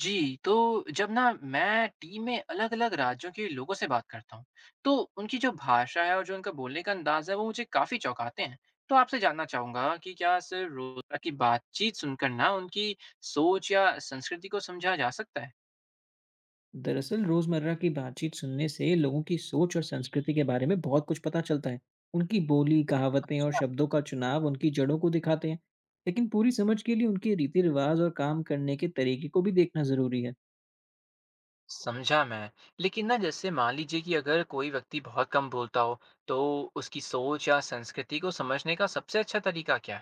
जी, तो जब ना मैं टीम में अलग-अलग राज्यों के लोगों से बात करता हूँ, तो उनकी जो भाषा है और जो उनका बोलने का अंदाज़ है, वो मुझे काफ़ी चौंकाते हैं। तो आपसे जानना चाहूँगा कि क्या सिर्फ रोज़मर्रा की बातचीत सुनकर ना उनकी सोच या संस्कृति को समझा जा सकता है? दरअसल रोजमर्रा की बातचीत सुनने से लोगों की सोच और संस्कृति के बारे में बहुत कुछ पता चलता है। उनकी बोली कहावतें और अच्छा, शब्दों का चुनाव उनकी जड़ों को दिखाते हैं। लेकिन पूरी समझ के लिए उनके रीति रिवाज और काम करने के तरीके को भी देखना जरूरी है। समझा मैं। लेकिन ना जैसे मान लीजिए कि अगर कोई व्यक्ति बहुत कम बोलता हो तो उसकी सोच या संस्कृति को समझने का सबसे अच्छा तरीका क्या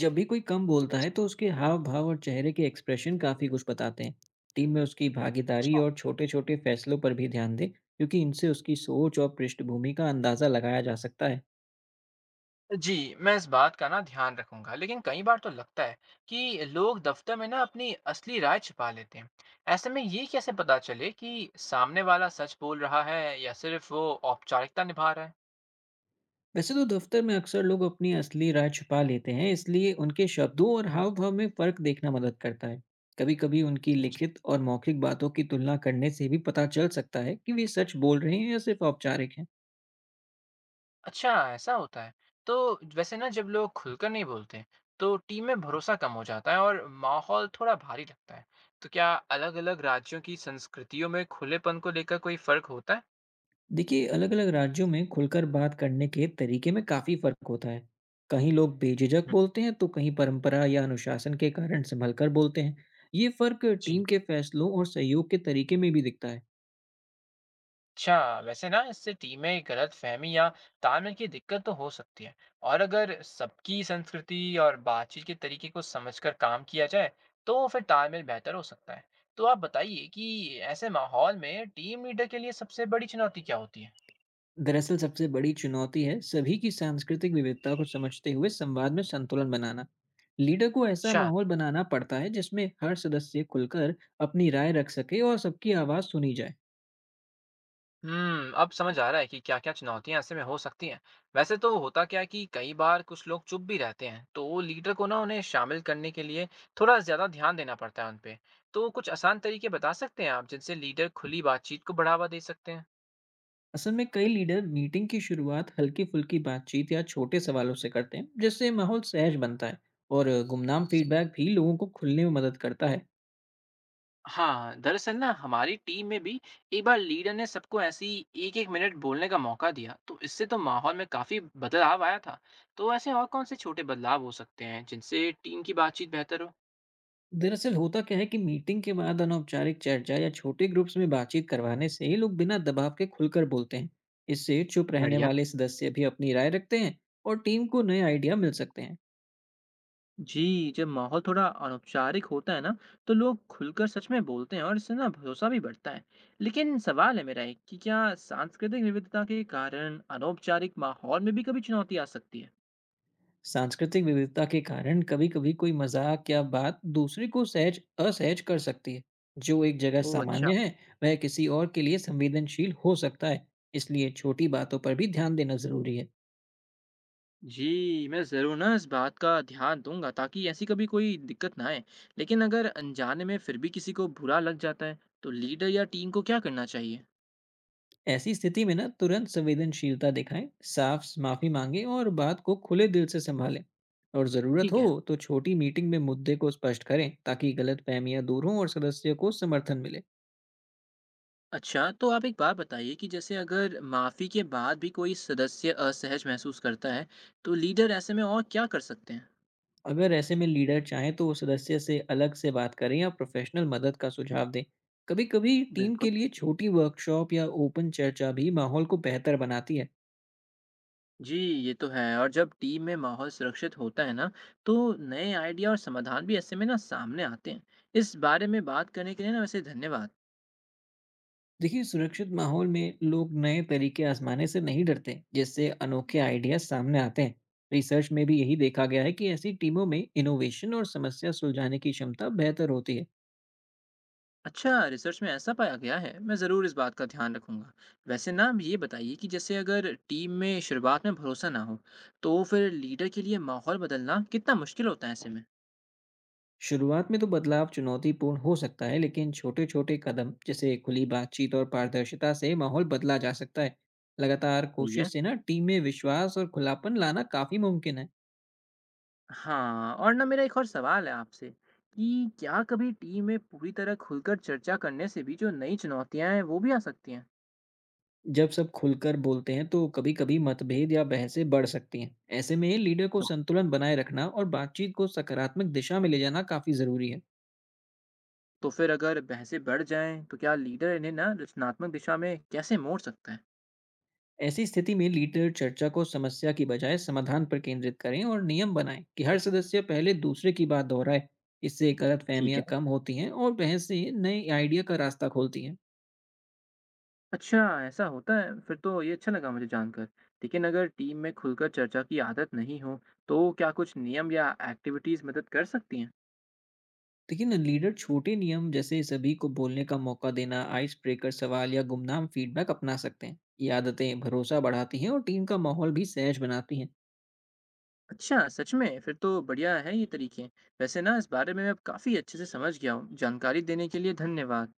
जब भी कोई कम बोलता है तो उसके हाव भाव और चेहरे के एक्सप्रेशन काफी कुछ बताते हैं। टीम में उसकी भागीदारी है। और छोटे छोटे फैसलों पर भी ध्यान दें, क्योंकि इनसे उसकी सोच और पृष्ठभूमि का अंदाजा लगाया जा सकता है। जी, मैं इस बात का ना ध्यान रखूंगा, लेकिन कई बार तो लगता है कि लोग दफ्तर में ना अपनी असली राय छिपा लेते हैं। ऐसे में ये कैसे पता चले कि सामने वाला सच बोल रहा है या सिर्फ वो औपचारिकता निभा रहा है? वैसे तो दफ्तर में अक्सर लोग अपनी असली राय छुपा लेते हैं, इसलिए उनके शब्दों और हाव भाव में फर्क देखना मदद करता है। कभी कभी उनकी समझा। लिखित और मौखिक बातों की तुलना करने से भी पता चल सकता है कि वे सच बोल रहे हैं या सिर्फ औपचारिक हैं। अच्छा, ऐसा होता है। तो वैसे ना जब लोग खुलकर नहीं बोलते, तो टीम में भरोसा कम हो जाता है और माहौल थोड़ा भारी लगता है। तो क्या अलग-अलग राज्यों की संस्कृतियों में खुलेपन को लेकर कोई फर्क होता है? देखिए, अलग अलग राज्यों में खुलकर बात करने के तरीके में काफ़ी फर्क होता है। कहीं लोग बेझिझक हम्म, बोलते हैं तो कहीं परंपरा या अनुशासन के कारण संभल कर बोलते हैं। ये फर्क जी। टीम के फैसलों और सहयोग के तरीके में भी दिखता है। अच्छा। वैसे ना इससे टीम में गलतफहमी या तालमेल की दिक्कत तो हो सकती है। और अगर सबकी संस्कृति और बातचीत के तरीके को समझकर काम किया जाए तो फिर तालमेल बेहतर हो सकता है। तो आप बताइए कि ऐसे माहौल में टीम लीडर के लिए सबसे बड़ी चुनौती क्या होती है। दरअसल सबसे बड़ी चुनौती है सभी की सांस्कृतिक विविधता को समझते हुए संवाद में संतुलन बनाना। लीडर को ऐसा अच्छा। माहौल बनाना पड़ता है जिसमें हर सदस्य खुलकर अपनी राय रख सके और सबकी आवाज़ सुनी जाए। हम्म, अब समझ आ रहा है कि क्या क्या चुनौतियां ऐसे में हो सकती हैं। वैसे तो होता क्या है कि कई बार कुछ लोग चुप भी रहते हैं, तो लीडर को ना उन्हें शामिल करने के लिए थोड़ा ज्यादा ध्यान देना पड़ता है उनपे। तो कुछ आसान तरीके बता सकते हैं आप जिनसे लीडर खुली बातचीत को बढ़ावा दे सकते हैं। असल में कई लीडर मीटिंग की शुरुआत हल्की फुल्की बातचीत या छोटे सवालों से करते हैं, जिससे माहौल सहज बनता है। और गुमनाम स- फीडबैक भी लोगों को खुलने में मदद करता है। हाँ, दरअसल ना हमारी टीम में भी एक बार लीडर ने सबको ऐसी एक एक मिनट बोलने का मौका दिया, तो इससे तो माहौल में काफी बदलाव आया था। तो ऐसे और कौन से छोटे बदलाव हो सकते हैं जिनसे टीम की बातचीत बेहतर हो। दरअसल होता क्या है कि मीटिंग के बाद अनौपचारिक चर्चा या छोटे ग्रुप्स में बातचीत करवाने से ये लोग बिना दबाव के खुलकर बोलते हैं। इससे चुप रहने बढ़िया। वाले सदस्य भी अपनी राय रखते हैं और टीम को नए आइडिया मिल सकते हैं। जी, जब माहौल थोड़ा अनौपचारिक होता है ना, तो लोग खुलकर सच में बोलते हैं और इससे ना भरोसा भी बढ़ता है। लेकिन सवाल है मेरा एक कि क्या सांस्कृतिक विविधता के कारण अनौपचारिक माहौल में भी कभी चुनौती आ सकती है? सांस्कृतिक विविधता के कारण कभी कभी कोई मजाक या बात दूसरे को सहज असहज कर सकती है। जो एक जगह ओह, अच्छा। सामान्य है वह किसी और के लिए संवेदनशील हो सकता है, इसलिए छोटी बातों पर भी ध्यान देना जरूरी है। जी, मैं ज़रूर ना इस बात का ध्यान दूंगा ताकि ऐसी कभी कोई दिक्कत ना आए। लेकिन अगर अनजाने में फिर भी किसी को बुरा लग जाता है, तो लीडर या टीम को क्या करना चाहिए? ऐसी स्थिति में ना तुरंत संवेदनशीलता दिखाएं, साफ माफी मांगे और बात को खुले दिल से संभालें। और ज़रूरत ठीक हो है। तो छोटी मीटिंग में मुद्दे को स्पष्ट करें ताकि गलत फहमियाँ दूर हों और सदस्य को समर्थन मिले। अच्छा, तो आप एक बात बताइए कि जैसे अगर माफ़ी के बाद भी कोई सदस्य असहज महसूस करता है, तो लीडर ऐसे में और क्या कर सकते हैं? अगर ऐसे में लीडर चाहें तो सदस्य से अलग से बात करें या प्रोफेशनल मदद का सुझाव दें। कभी कभी टीम बिल्कुल। के लिए छोटी वर्कशॉप या ओपन चर्चा भी माहौल को बेहतर बनाती है। जी, ये तो है। और जब टीम में माहौल सुरक्षित होता है ना, तो नए आइडिया और समाधान भी ऐसे में ना सामने आते हैं। इस बारे में बात करने के लिए ना वैसे धन्यवाद। देखिए, सुरक्षित माहौल में लोग नए तरीके आजमाने से नहीं डरते, जिससे अनोखे आइडियाज सामने आते हैं। रिसर्च में भी यही देखा गया है कि ऐसी टीमों में इनोवेशन और समस्या सुलझाने की क्षमता बेहतर होती है। अच्छा, रिसर्च में ऐसा पाया गया है, मैं ज़रूर इस बात का ध्यान रखूंगा। वैसे ना ये बताइए कि जैसे अगर टीम में शुरुआत में भरोसा ना हो, तो फिर लीडर के लिए माहौल बदलना कितना मुश्किल होता है ऐसे में? शुरुआत में तो बदलाव चुनौतीपूर्ण हो सकता है, लेकिन छोटे छोटे कदम जैसे खुली बातचीत और पारदर्शिता से माहौल बदला जा सकता है। लगातार सही है। कोशिश से ना टीम में विश्वास और खुलापन लाना काफी मुमकिन है। हाँ, और ना मेरा एक और सवाल है आपसे कि क्या कभी टीम में पूरी तरह खुलकर चर्चा करने से भी जो नई चुनौतियां हैं वो भी आ सकती हैं। जब सब खुलकर बोलते हैं तो कभी-कभी मतभेद या बहसें बढ़ सकती हैं। ऐसे में लीडर को तो संतुलन बनाए रखना और बातचीत को सकारात्मक दिशा में ले जाना काफी जरूरी है। तो फिर अगर बहसें बढ़ जाएं तो क्या लीडर इन्हें ना रचनात्मक दिशा में कैसे मोड़ सकता है। ऐसी स्थिति में लीडर चर्चा को समस्या की बजाय समाधान पर केंद्रित करें और नियम बनाएं कि हर सदस्य पहले दूसरे की बात दोहराए। इससे ठीक गलतफहमियां है। कम होती हैं और बहसें नए आइडिया का रास्ता खोलती हैं। अच्छा, ऐसा होता है फिर तो। ये अच्छा लगा मुझे जानकर। लेकिन अगर टीम में खुलकर चर्चा की आदत नहीं हो, तो क्या कुछ नियम या एक्टिविटीज मदद कर सकती हैं। देखिए ना, लीडर छोटे नियम जैसे सभी को बोलने का मौका देना, आइस ब्रेकर सवाल या गुमनाम फीडबैक अपना सकते हैं। ये आदतें भरोसा बढ़ाती हैं और टीम का माहौल भी सहज बनाती हैं। अच्छा, सच में फिर तो बढ़िया है ये तरीके। वैसे ना इस बारे में मैं अब काफ़ी अच्छे से समझ गया हूँ। जानकारी देने के लिए धन्यवाद।